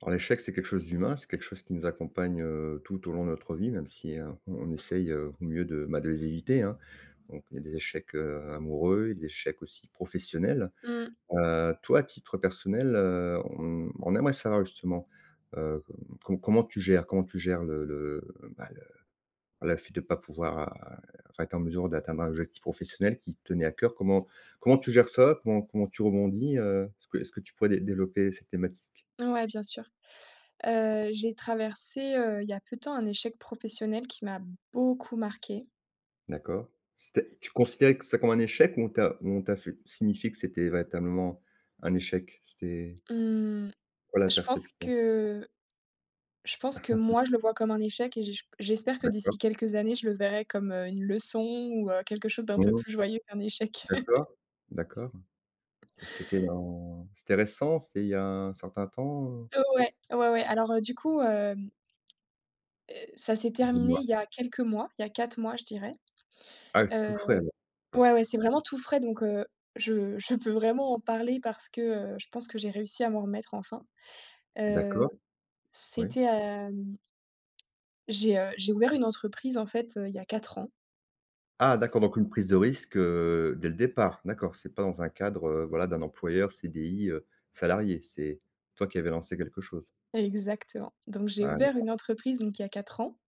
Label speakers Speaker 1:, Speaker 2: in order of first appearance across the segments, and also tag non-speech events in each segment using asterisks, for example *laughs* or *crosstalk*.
Speaker 1: Alors l'échec, c'est quelque chose d'humain, c'est quelque chose qui nous accompagne, tout au long de notre vie, même si, on essaye, au mieux de, bah, de les éviter, hein. Donc il y a des échecs, amoureux, des échecs aussi professionnels.
Speaker 2: Mmh.
Speaker 1: Toi, à titre personnel, on aimerait savoir justement, heu, comment tu gères le, bah, le voilà, le fait de ne pas pouvoir a enfin être en mesure d'atteindre un objectif professionnel qui te tenait à cœur? Comment tu gères ça? Comment tu rebondis? Est-ce que tu pourrais dé développer cette thématique?
Speaker 2: Ouais, bien sûr. J'ai traversé, il y a peu de temps, un échec professionnel qui m'a beaucoup marqué.
Speaker 1: D'accord. C'était tu considérais que ça comme un échec ou on t'a fait signifié que c'était véritablement un échec? C'était
Speaker 2: Mmh,
Speaker 1: quoi la
Speaker 2: je pense
Speaker 1: perception?
Speaker 2: que je pense que moi, je le vois comme un échec et j'espère que
Speaker 1: D'accord.
Speaker 2: d'ici quelques années, je le verrai comme, une leçon ou, quelque chose d'un peu
Speaker 1: Mmh.
Speaker 2: plus joyeux qu'un échec. *laughs*
Speaker 1: D'accord. D'accord. C'était récent? C'était il y a un certain temps?
Speaker 2: Ouais, ouais, ouais. Alors, du coup, ça s'est terminé
Speaker 1: Dis-moi.
Speaker 2: il y a quelques mois, il y a 4 mois, je dirais.
Speaker 1: Ah, c'est tout
Speaker 2: Heu,
Speaker 1: frais alors. D'accord.
Speaker 2: ouais, ouais, c'est vraiment tout frais donc, je peux vraiment en parler parce que, je pense que j'ai réussi à m'en remettre enfin. Heu,
Speaker 1: D'accord, oui.
Speaker 2: c'était, hem, j'ai ouvert une entreprise, en fait, il y a 4 ans.
Speaker 1: Ah d'accord, donc une prise de risque, dès le départ. D'accord, c'est pas dans un cadre, voilà, d'un employeur, CDI, salarié. C'est toi qui avais lancé quelque chose?
Speaker 2: *laughs* Exactement. Donc j'ai
Speaker 1: Ah
Speaker 2: ouvert
Speaker 1: d'accord.
Speaker 2: une entreprise, donc il y a 4 ans.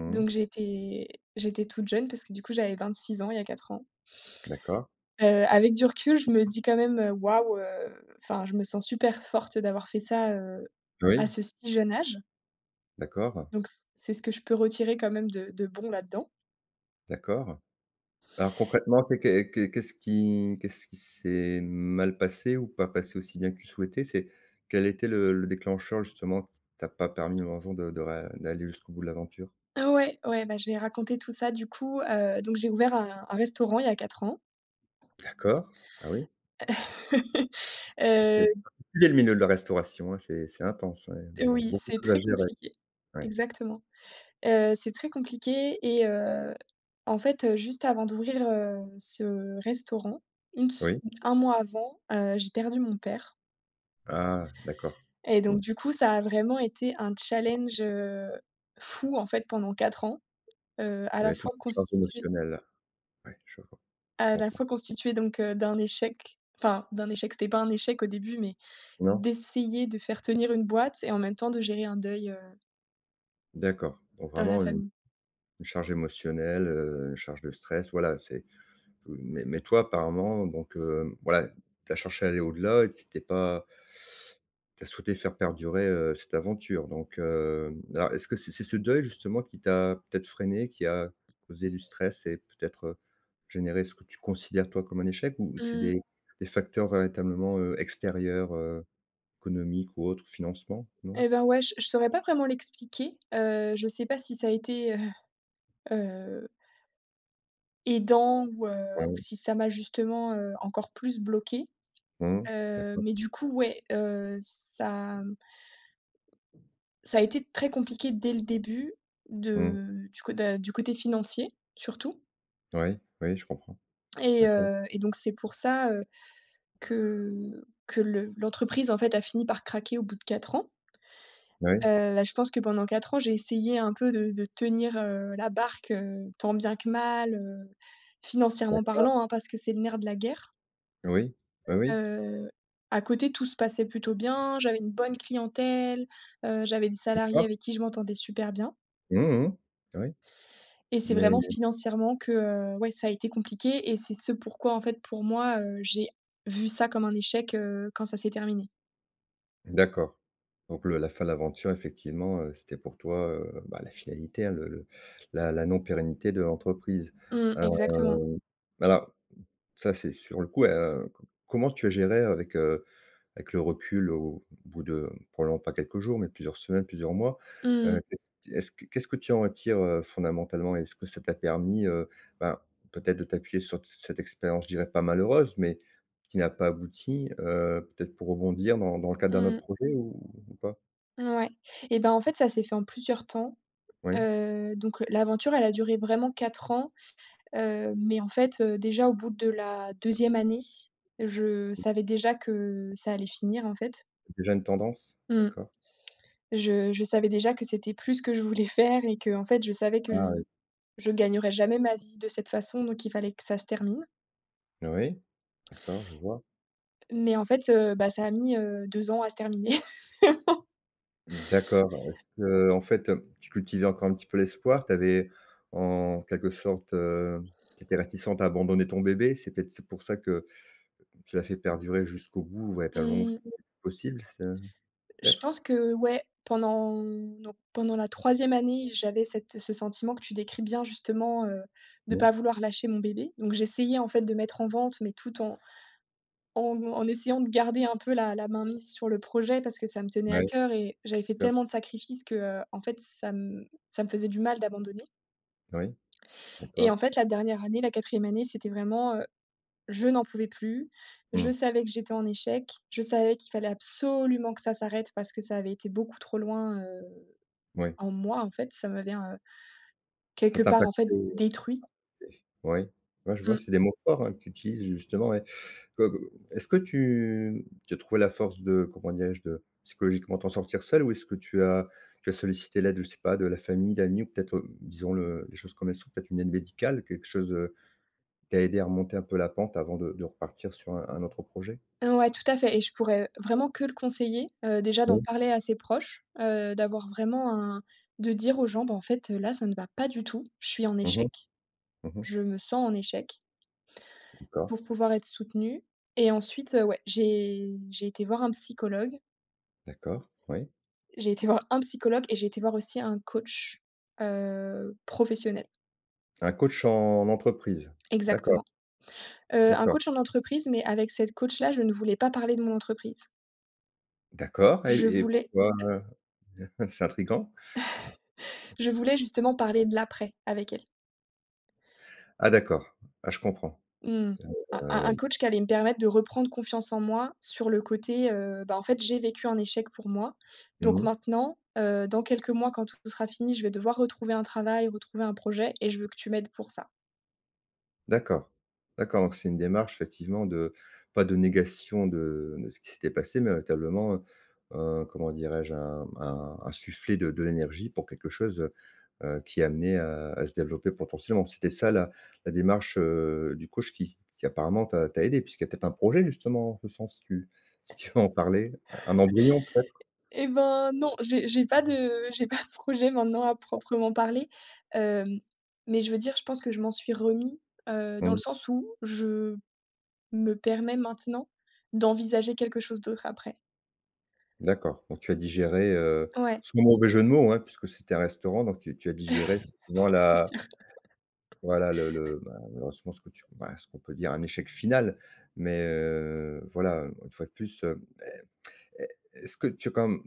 Speaker 1: Mmh.
Speaker 2: Donc j'étais toute jeune parce que, du coup, j'avais 26 ans il y a 4 ans.
Speaker 1: D'accord.
Speaker 2: Avec du recul, je me dis quand même: «Waouh», enfin, je me sens super forte d'avoir fait ça, à
Speaker 1: Oui,
Speaker 2: ce si jeune âge.
Speaker 1: d'accord,
Speaker 2: Donc c'est ce que je peux retirer quand même de bon là-dedans.
Speaker 1: d'accord. Alors concrètement, qu'est-ce qui s'est mal passé ou pas passé aussi bien que tu souhaitais? C'est Quel était le déclencheur justement qui t'a pas permis un jour de ré d'aller jusqu'au bout de l'aventure?
Speaker 2: Ah, ouais, ouais, bah, je vais raconter tout ça, du coup, donc j'ai ouvert un restaurant il y a 4 ans.
Speaker 1: D'accord, ah oui,
Speaker 2: *laughs*
Speaker 1: c'est
Speaker 2: Heu
Speaker 1: particulier le milieu de la restauration, hein, c'est intense, ouais,
Speaker 2: Oui,
Speaker 1: beaucoup de
Speaker 2: c'est
Speaker 1: choses à
Speaker 2: très
Speaker 1: gérer,
Speaker 2: compliqué.
Speaker 1: ouais.
Speaker 2: Exactement. C'est très compliqué et en fait, juste avant d'ouvrir, ce restaurant, une se
Speaker 1: Oui?
Speaker 2: 1 mois avant, j'ai perdu mon père
Speaker 1: Ah d'accord.
Speaker 2: et
Speaker 1: Mmh.
Speaker 2: donc du coup, ça a vraiment été un challenge, fou, en fait, pendant 4 ans, heu, à la
Speaker 1: Ouais, toute
Speaker 2: fois
Speaker 1: cette charge
Speaker 2: constitué
Speaker 1: émotionnelle là. Ouais, je
Speaker 2: à la
Speaker 1: comprends.
Speaker 2: fois constitué donc d'un échec, c'était pas un échec au début, mais
Speaker 1: Non?
Speaker 2: d'essayer de faire tenir une boîte et en même temps de gérer un deuil,
Speaker 1: D'accord, donc
Speaker 2: dans la
Speaker 1: vraiment une
Speaker 2: famille.
Speaker 1: une charge émotionnelle, une charge de stress, voilà, c'est. Mais toi, apparemment, donc, voilà, tu as cherché à aller au-delà et tu t'es pas tu as souhaité faire perdurer, cette aventure donc, alors est-ce que c'est ce deuil justement qui t'a peut-être freiné, qui a causé du stress et peut-être, généré ce que tu considères toi comme un échec ou c'est
Speaker 2: Mmh.
Speaker 1: des facteurs véritablement, extérieurs, économiques ou autres, financement, non?
Speaker 2: Et ben, ouais, je saurais pas vraiment l'expliquer. Je sais pas si ça a été, heu, aidant ou
Speaker 1: Ouais.
Speaker 2: si ça m'a justement, encore plus bloqué.
Speaker 1: Mmh. D'accord.
Speaker 2: Mais du coup, ouais, ça a été très compliqué dès le début
Speaker 1: Mmh.
Speaker 2: de du cô da du côté financier, surtout
Speaker 1: Oui, oui, je comprends.
Speaker 2: et
Speaker 1: D'accord.
Speaker 2: heu et donc c'est pour ça, que que le l'entreprise, en fait, a fini par craquer au bout de 4 ans.
Speaker 1: Oui,
Speaker 2: Là, je pense que pendant 4 ans, j'ai essayé un peu de tenir, la barque, tant bien que mal, financièrement
Speaker 1: d'accord.
Speaker 2: parlant, hein, parce que c'est le nerf de la guerre.
Speaker 1: Oui. Oui, oui.
Speaker 2: Heu, à côté, tout se passait plutôt bien, j'avais une bonne clientèle, j'avais des salariés
Speaker 1: D'accord.
Speaker 2: avec qui je m'entendais super bien
Speaker 1: Mmh mh. Oui.
Speaker 2: et c'est
Speaker 1: Mais
Speaker 2: vraiment financièrement que, ouais, ça a été compliqué et c'est ce pourquoi, en fait, pour moi, j'ai vu ça comme un échec, quand ça s'est terminé.
Speaker 1: d'accord. Donc le la fin de l'aventure effectivement, c'était pour toi, bah, la finalité, hein, le la la non pérennité de l'entreprise.
Speaker 2: Mmh, exactement.
Speaker 1: Heu, alors ça, c'est sur le coup, co comment tu as géré avec. Avec le recul, au bout de probablement pas quelques jours, mais plusieurs semaines, plusieurs mois,
Speaker 2: Mmh,
Speaker 1: heu, qu'est-ce qu'est-ce que tu en retires, fondamentalement? Est-ce que ça t'a permis, ben, peut-être de t'appuyer sur t cette expérience, je dirais pas malheureuse, mais qui n'a pas abouti, peut-être pour rebondir dans le cadre d'un autre
Speaker 2: mmh,
Speaker 1: projet ou pas?
Speaker 2: ouais et ben, en fait, ça s'est fait en plusieurs temps.
Speaker 1: Oui?
Speaker 2: Donc, l'aventure, elle a duré vraiment 4 ans, mais en fait, déjà au bout de la deuxième année, je savais déjà que ça allait finir, en fait.
Speaker 1: Déjà une tendance?
Speaker 2: Mmh.
Speaker 1: D'accord.
Speaker 2: Je savais déjà que c'était plus ce que je voulais faire et que en fait, je savais que
Speaker 1: Ah
Speaker 2: je
Speaker 1: oui.
Speaker 2: je gagnerais jamais ma vie de cette façon, donc il fallait que ça se termine.
Speaker 1: Oui, d'accord, je vois.
Speaker 2: Mais en fait, bah, ça a mis, 2 ans à se terminer.
Speaker 1: D'accord. Est-ce que, en fait, tu cultivais encore un petit peu l'espoir? Tu avais, en quelque sorte, tu étais réticente à abandonner ton bébé? C'est pour ça que tu l'as fait perdurer jusqu'au bout, ouais, tellement où
Speaker 2: *laughs*
Speaker 1: c'était possible, c'est
Speaker 2: Je
Speaker 1: peut-être?
Speaker 2: pense que ouais, pendant la troisième année, j'avais cette ce sentiment que tu décris bien justement, de pas
Speaker 1: Non?
Speaker 2: vouloir lâcher mon bébé. Donc j'essayais en fait de mettre en vente, mais tout en essayant de garder un peu la main mise sur le projet parce que ça me tenait à
Speaker 1: Ouais,
Speaker 2: cœur et j'avais fait
Speaker 1: c'est sûr.
Speaker 2: tellement de sacrifices que, en fait ça me faisait du mal d'abandonner.
Speaker 1: Oui,
Speaker 2: Et en
Speaker 1: d'accord.
Speaker 2: fait la dernière année, la quatrième année, c'était vraiment, je n'en pouvais plus. Je
Speaker 1: Mmh,
Speaker 2: savais que j'étais en échec. Je savais qu'il fallait absolument que ça s'arrête parce que ça avait été beaucoup trop loin.
Speaker 1: oui.
Speaker 2: En moi, en fait, ça m'avait,
Speaker 1: Ça
Speaker 2: quelque
Speaker 1: t'a
Speaker 2: part, en fait,
Speaker 1: impacté, ça
Speaker 2: détruit.
Speaker 1: t'a impacté. Oui. Moi, je vois, c'est
Speaker 2: Mmh.
Speaker 1: des mots forts, hein, que tu utilises, justement, ouais. Comme est-ce que tu as trouvé la force de, comment dirais-je, de psychologiquement t'en sortir seule ou est-ce que tu as sollicité l'aide, je sais pas, de la famille, d'amis ou peut-être, disons le les choses comme elles sont, peut-être une aide médicale, quelque chose, qui t'a aidée à remonter un peu la pente avant de repartir sur un autre projet?
Speaker 2: Ouais, tout à fait et je pourrais vraiment que le conseiller, déjà d'en
Speaker 1: Oui.
Speaker 2: parler à ses proches, d'avoir vraiment un de dire aux gens: «Bah, en fait, là, ça ne va pas du tout. Je suis en
Speaker 1: Mmh mh.
Speaker 2: échec.
Speaker 1: Mmh
Speaker 2: Je
Speaker 1: mh.
Speaker 2: me sens en échec»,
Speaker 1: D'accord,
Speaker 2: pour pouvoir être soutenue et ensuite, ouais, j'ai été voir un psychologue.
Speaker 1: d'accord, oui.
Speaker 2: J'ai été voir un psychologue et j'ai été voir aussi un coach, professionnel.
Speaker 1: Un coach en entreprise? D'accord,
Speaker 2: Exactement. Un
Speaker 1: d'accord,
Speaker 2: coach en entreprise mais avec cette coach-là, je ne voulais pas parler de mon entreprise.
Speaker 1: d'accord et
Speaker 2: Je
Speaker 1: et
Speaker 2: voulais
Speaker 1: pourquoi? *laughs* C'est intriguant.
Speaker 2: je voulais justement parler de l'après avec elle.
Speaker 1: Ah d'accord. Ah je comprends.
Speaker 2: Mmh. Un
Speaker 1: Heu,
Speaker 2: coach qui allait me permettre de reprendre confiance en moi sur le côté, bah, en fait, j'ai vécu un échec pour moi. Donc
Speaker 1: mmh.
Speaker 2: maintenant, dans quelques mois, quand tout sera fini, je vais devoir retrouver un travail, retrouver un projet et je veux que tu m'aides pour ça.
Speaker 1: D'accord. D'accord, donc c'est une démarche effectivement de pas de négation de ce qui s'était passé, mais véritablement, comment dirais-je? Un soufflet de l'énergie pour quelque chose, qui est amené à se développer potentiellement. C'était ça la démarche, du coach qui apparemment t'a aidé puisqu'il y a peut-être un projet justement en ce sens, si tu *laughs* si tu veux en parler? Un embryon peut-être?
Speaker 2: Et ben, non, j'ai pas de projet maintenant à proprement parler, hem, mais je veux dire, je pense que je m'en suis remis, dans le
Speaker 1: Mmh,
Speaker 2: sens où je me permets maintenant d'envisager quelque chose d'autre après.
Speaker 1: d'accord, donc tu as digéré,
Speaker 2: Ouais,
Speaker 1: sans mauvais jeu de mots, hein, puisque c'était un restaurant, donc tu as digéré effectivement
Speaker 2: c'est
Speaker 1: la.
Speaker 2: sûr.
Speaker 1: Voilà le bah, malheureusement ce que tu bah, ce qu'on peut dire un échec final, mais, voilà, une fois de plus, est-ce que tu as quand même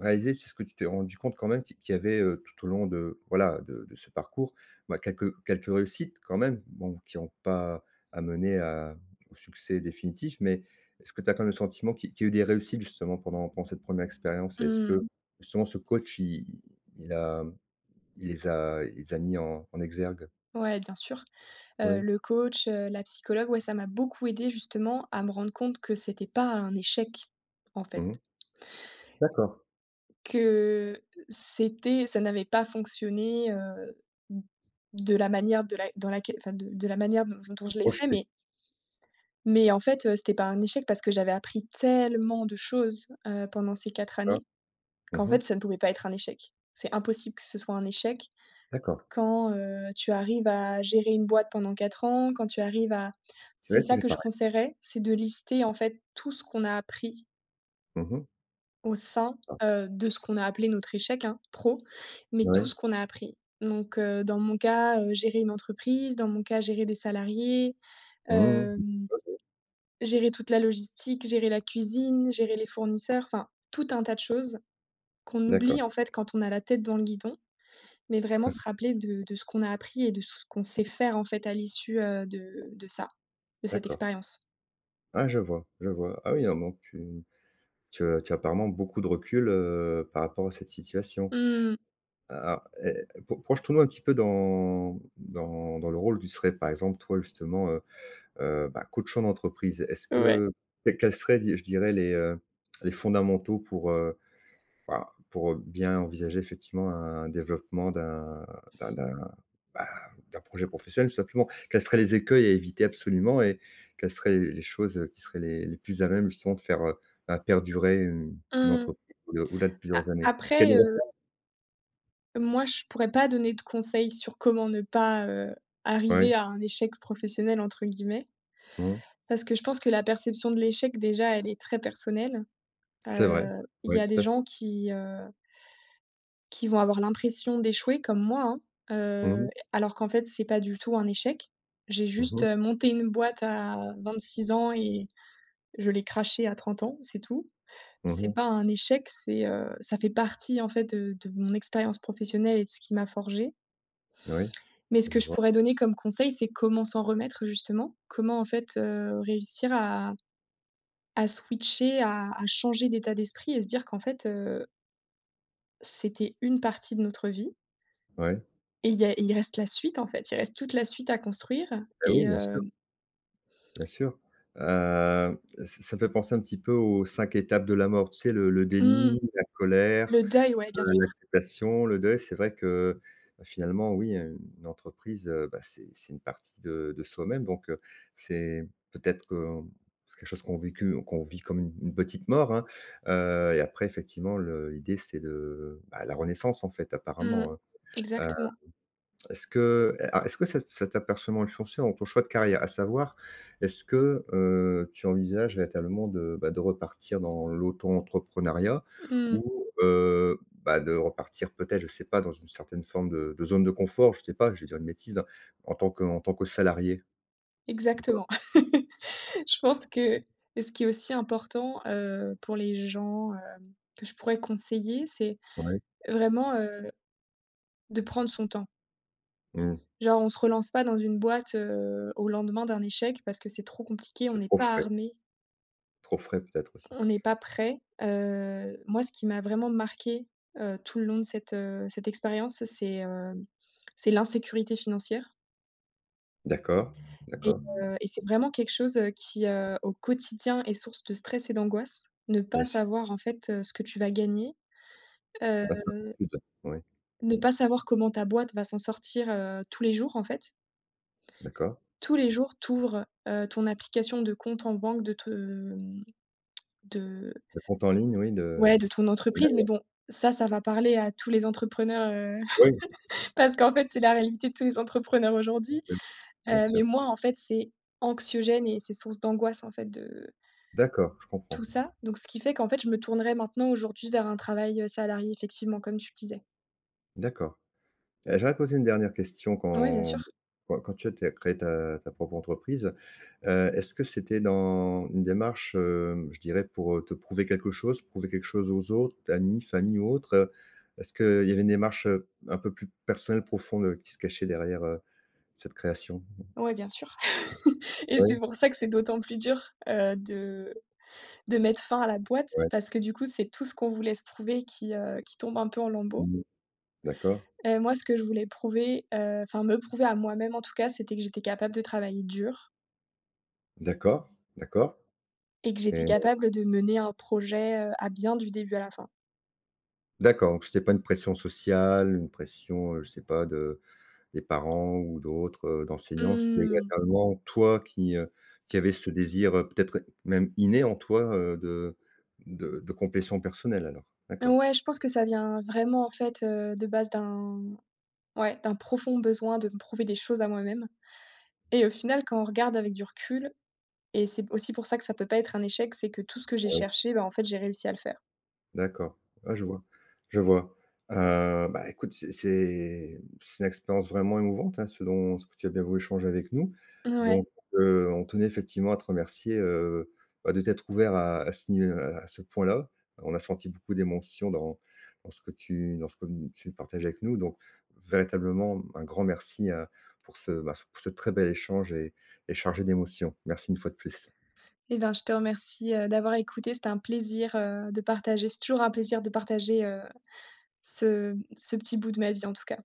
Speaker 1: réalisé, est-ce que tu t'es rendu compte quand même qu'il y avait, tout au long de, voilà, de ce parcours, bah, quelques réussites quand même, bon, qui n'ont pas amené à au succès définitif, mais est-ce que tu as quand même le sentiment qu'il y a eu des réussites justement pendant cette première re expérience? Et Est-ce que
Speaker 2: Mmh.
Speaker 1: Mmh. justement ce coach il a il les a il les a mis en exergue?
Speaker 2: Ouais, bien sûr.
Speaker 1: Oui.
Speaker 2: Le coach, la psychologue, ouais, ça m'a beaucoup aidée justement à me rendre compte que c'était pas un échec, en fait.
Speaker 1: Mmh. D'accord.
Speaker 2: Que c'était ça n'avait pas fonctionné, de la manière de la dans laquelle enfin, de la manière dont je l'ai fait,
Speaker 1: Projeter,
Speaker 2: mais en fait, c'était pas un échec parce que j'avais appris tellement de choses, pendant ces 4
Speaker 1: tu vois?
Speaker 2: années qu'en
Speaker 1: Mmh mh.
Speaker 2: fait, ça ne pouvait pas être un échec. C'est impossible que ce soit un échec
Speaker 1: D'accord.
Speaker 2: quand, tu arrives à gérer une boîte pendant 4 ans, quand tu arrives à,
Speaker 1: C'est
Speaker 2: c'est
Speaker 1: vrai,
Speaker 2: ça
Speaker 1: c'était
Speaker 2: que je
Speaker 1: pareil.
Speaker 2: conseillerais, c'est de lister, en fait, tout ce qu'on a appris
Speaker 1: Mmh mh.
Speaker 2: au sein,
Speaker 1: Ah,
Speaker 2: de ce qu'on a appelé notre échec, hein, mais
Speaker 1: oui.
Speaker 2: tout ce qu'on a appris. Donc dans mon cas, gérer une entreprise, dans mon cas, gérer des salariés,
Speaker 1: Mmh mh.
Speaker 2: hem,
Speaker 1: OK.
Speaker 2: gérer toute la logistique, gérer la cuisine, gérer les fournisseurs, enfin tout un tas de choses qu'on oublie,
Speaker 1: D'accord,
Speaker 2: en fait, quand on a la tête dans le guidon, mais vraiment se rappeler de ce qu'on a appris et de ce qu'on sait faire, en fait, à l'issue, de ça, de cette
Speaker 1: d'accord.
Speaker 2: expérience.
Speaker 1: Ah, je vois, je vois. Ah oui, non, donc tu as apparemment beaucoup de recul, par rapport à cette situation.
Speaker 2: Mmh.
Speaker 1: Alors, projetons-nous un petit peu dans dans le rôle où tu serais, par exemple, toi, justement, bah, coachant d'entreprise. Est-ce
Speaker 2: Ouais.
Speaker 1: que quels quels seraient, di je dirais, les fondamentaux pour bien envisager effectivement un développement d'un d'un Bah, d'un projet professionnel tout simplement. Quels seraient les écueils à éviter absolument et quelles seraient les choses, qui seraient les plus à même justement de faire, bah, perdurer une
Speaker 2: Mmh.
Speaker 1: entreprise au au-delà de
Speaker 2: A
Speaker 1: plusieurs années? Il y a
Speaker 2: après,
Speaker 1: des recettes?
Speaker 2: Moi, je pourrais pas donner de conseils sur comment ne pas,
Speaker 1: Oui.
Speaker 2: arriver à un «échec professionnel» entre guillemets,
Speaker 1: Mmh.
Speaker 2: parce que je pense que la perception de l'échec déjà, elle est très personnelle.
Speaker 1: C'est vrai.
Speaker 2: Il
Speaker 1: Oui,
Speaker 2: y a des
Speaker 1: tout à fait.
Speaker 2: gens qui vont avoir l'impression d'échouer comme moi, hein,
Speaker 1: Mmh mh.
Speaker 2: alors qu'en fait, c'est pas du tout un échec. J'ai juste,
Speaker 1: Mmh.
Speaker 2: monté une boîte à 26 ans et je l'ai crashée à 30 ans, c'est tout. C'est
Speaker 1: Mmh.
Speaker 2: pas un échec, ça fait partie en fait de mon expérience professionnelle et de ce qui m'a forgée.
Speaker 1: Oui,
Speaker 2: Mais ce que
Speaker 1: je
Speaker 2: je
Speaker 1: vois.
Speaker 2: pourrais donner comme conseil, c'est comment s'en remettre justement? Comment en fait, réussir à switcher, à changer d'état d'esprit et se dire qu'en fait, c'était une partie de notre vie
Speaker 1: Oui.
Speaker 2: et il y a il reste la suite en fait, il reste toute la suite à construire
Speaker 1: Bah,
Speaker 2: et
Speaker 1: oui, bien sûr, bien sûr. Heu, ça me fait penser un petit peu aux 5 étapes de la mort, tu sais? Le
Speaker 2: mmh,
Speaker 1: déni, la colère.
Speaker 2: le deuil, ouais, bien sûr.
Speaker 1: L'acceptation, le deuil, c'est vrai que, bah, finalement, oui, une entreprise, bah, c'est une partie de soi-même donc, c'est peut-être qu'on c'est quelque chose qu'on vit comme une petite mort, hein, et après effectivement le l'idée c'est de, bah, la renaissance en fait apparemment,
Speaker 2: Mmh.
Speaker 1: hein,
Speaker 2: Exactement.
Speaker 1: est-ce que cet apercement influencé dans ton choix de carrière? À savoir, est-ce que, tu envisages véritablement de, bah, de repartir dans l'auto-entrepreneuriat
Speaker 2: Mmh.
Speaker 1: ou, bah, de repartir peut-être, je sais pas, dans une certaine forme de zone de confort? Je sais pas, je vais dire une bêtise, hein, en tant que salarié ou pas?
Speaker 2: Exactement. *laughs* Je pense que ce qui est aussi important, pour les gens, que je pourrais conseiller, c'est
Speaker 1: Ouais,
Speaker 2: vraiment, de prendre son temps.
Speaker 1: mmh,
Speaker 2: Genre on se relance pas dans une boîte, au lendemain d'un échec parce que c'est trop compliqué, on
Speaker 1: c'est
Speaker 2: n'est pas armé,
Speaker 1: trop frais peut-être aussi.
Speaker 2: on n'est pas prêt. Moi, ce qui m'a vraiment marqué tout le long de cette expérience, c'est l'insécurité financière
Speaker 1: D'accord,
Speaker 2: et
Speaker 1: d'accord,
Speaker 2: et c'est vraiment quelque chose, qui, au quotidien est source de stress et d'angoisse. Ne pas
Speaker 1: bien sûr.
Speaker 2: savoir en fait, ce que tu vas gagner, heu,
Speaker 1: L'incertitude, oui.
Speaker 2: ne
Speaker 1: Mmh,
Speaker 2: pas savoir comment ta boîte va s'en sortir, tous les jours en fait.
Speaker 1: d'accord.
Speaker 2: Tous les jours, tu ouvres, ton application de compte en banque de te, De
Speaker 1: Le compte en ligne, oui, de
Speaker 2: ouais, de ton entreprise, mais bon, ça va parler à tous les entrepreneurs,
Speaker 1: ouais,
Speaker 2: *laughs* parce qu'en fait, c'est la réalité de tous les entrepreneurs aujourd'hui.
Speaker 1: bien
Speaker 2: Mais
Speaker 1: sûr.
Speaker 2: moi, en fait, c'est anxiogène et c'est source d'angoisse, en fait, de
Speaker 1: D'accord, je
Speaker 2: tout
Speaker 1: comprends.
Speaker 2: ça. Donc ce qui fait qu'en fait, je me tournerais maintenant aujourd'hui vers un travail, salarié effectivement, comme tu le disais.
Speaker 1: D'accord. J'aurais posé une dernière question
Speaker 2: Ouais, bien
Speaker 1: quand
Speaker 2: sûr.
Speaker 1: quand tu as t créé ta propre entreprise, est-ce que c'était dans une démarche, je dirais pour, te prouver quelque chose aux autres, amis, famille ou autres? Est-ce qu'il y avait une démarche, un peu plus personnelle, profonde, qui se cachait derrière, cette création?
Speaker 2: Ouais, bien sûr. *laughs* Et c'est
Speaker 1: Oui,
Speaker 2: pour ça que c'est d'autant plus dur, de mettre fin à la boîte
Speaker 1: Ouais, ouais.
Speaker 2: parce que du coup, c'est tout ce qu'on vous laisse prouver qui tombe un peu en lambeaux.
Speaker 1: Mmh. D'accord,
Speaker 2: Moi, ce que je voulais prouver, enfin me prouver à moi-même en tout cas, c'était que j'étais capable de travailler dur
Speaker 1: d'accord, d'accord
Speaker 2: et que j'étais
Speaker 1: et
Speaker 2: capable de mener un projet, à bien du début à la fin.
Speaker 1: d'accord, donc c'était pas une pression sociale, une pression, je sais pas, de des parents ou d'autres, d'enseignants, c'était
Speaker 2: Mmh.
Speaker 1: également toi qui avait ce désir, peut-être même inné en toi, de de complétion personnelle alors? D'accord.
Speaker 2: Ouais, je pense que ça vient vraiment en fait, de base d'un profond besoin de me prouver des choses à moi-même et au final, quand on regarde avec du recul et c'est aussi pour ça que ça peut pas être un échec, c'est que tout ce que j'ai cherché, bah, en fait, j'ai réussi à le faire.
Speaker 1: D'accord. Ouais, je vois, je vois. Heu, Bah, écoute, c'est une expérience vraiment émouvante, hein, ce dont ce que tu as bien voulu échanger avec nous.
Speaker 2: Ouais.
Speaker 1: Donc, on tenait effectivement à te remercier, bah, de t'être ouvert à ce ni à ce point-là. On a senti beaucoup d'émotion dans ce que tu partages avec nous. Donc véritablement, un grand merci, pour ce très bel échange et chargé d'émotions. Merci une fois de plus.
Speaker 2: Eh ben, je te remercie, d'avoir écouté. C'était un plaisir, de partager. C'est toujours un plaisir de partager, ce petit bout de ma vie, en tout cas.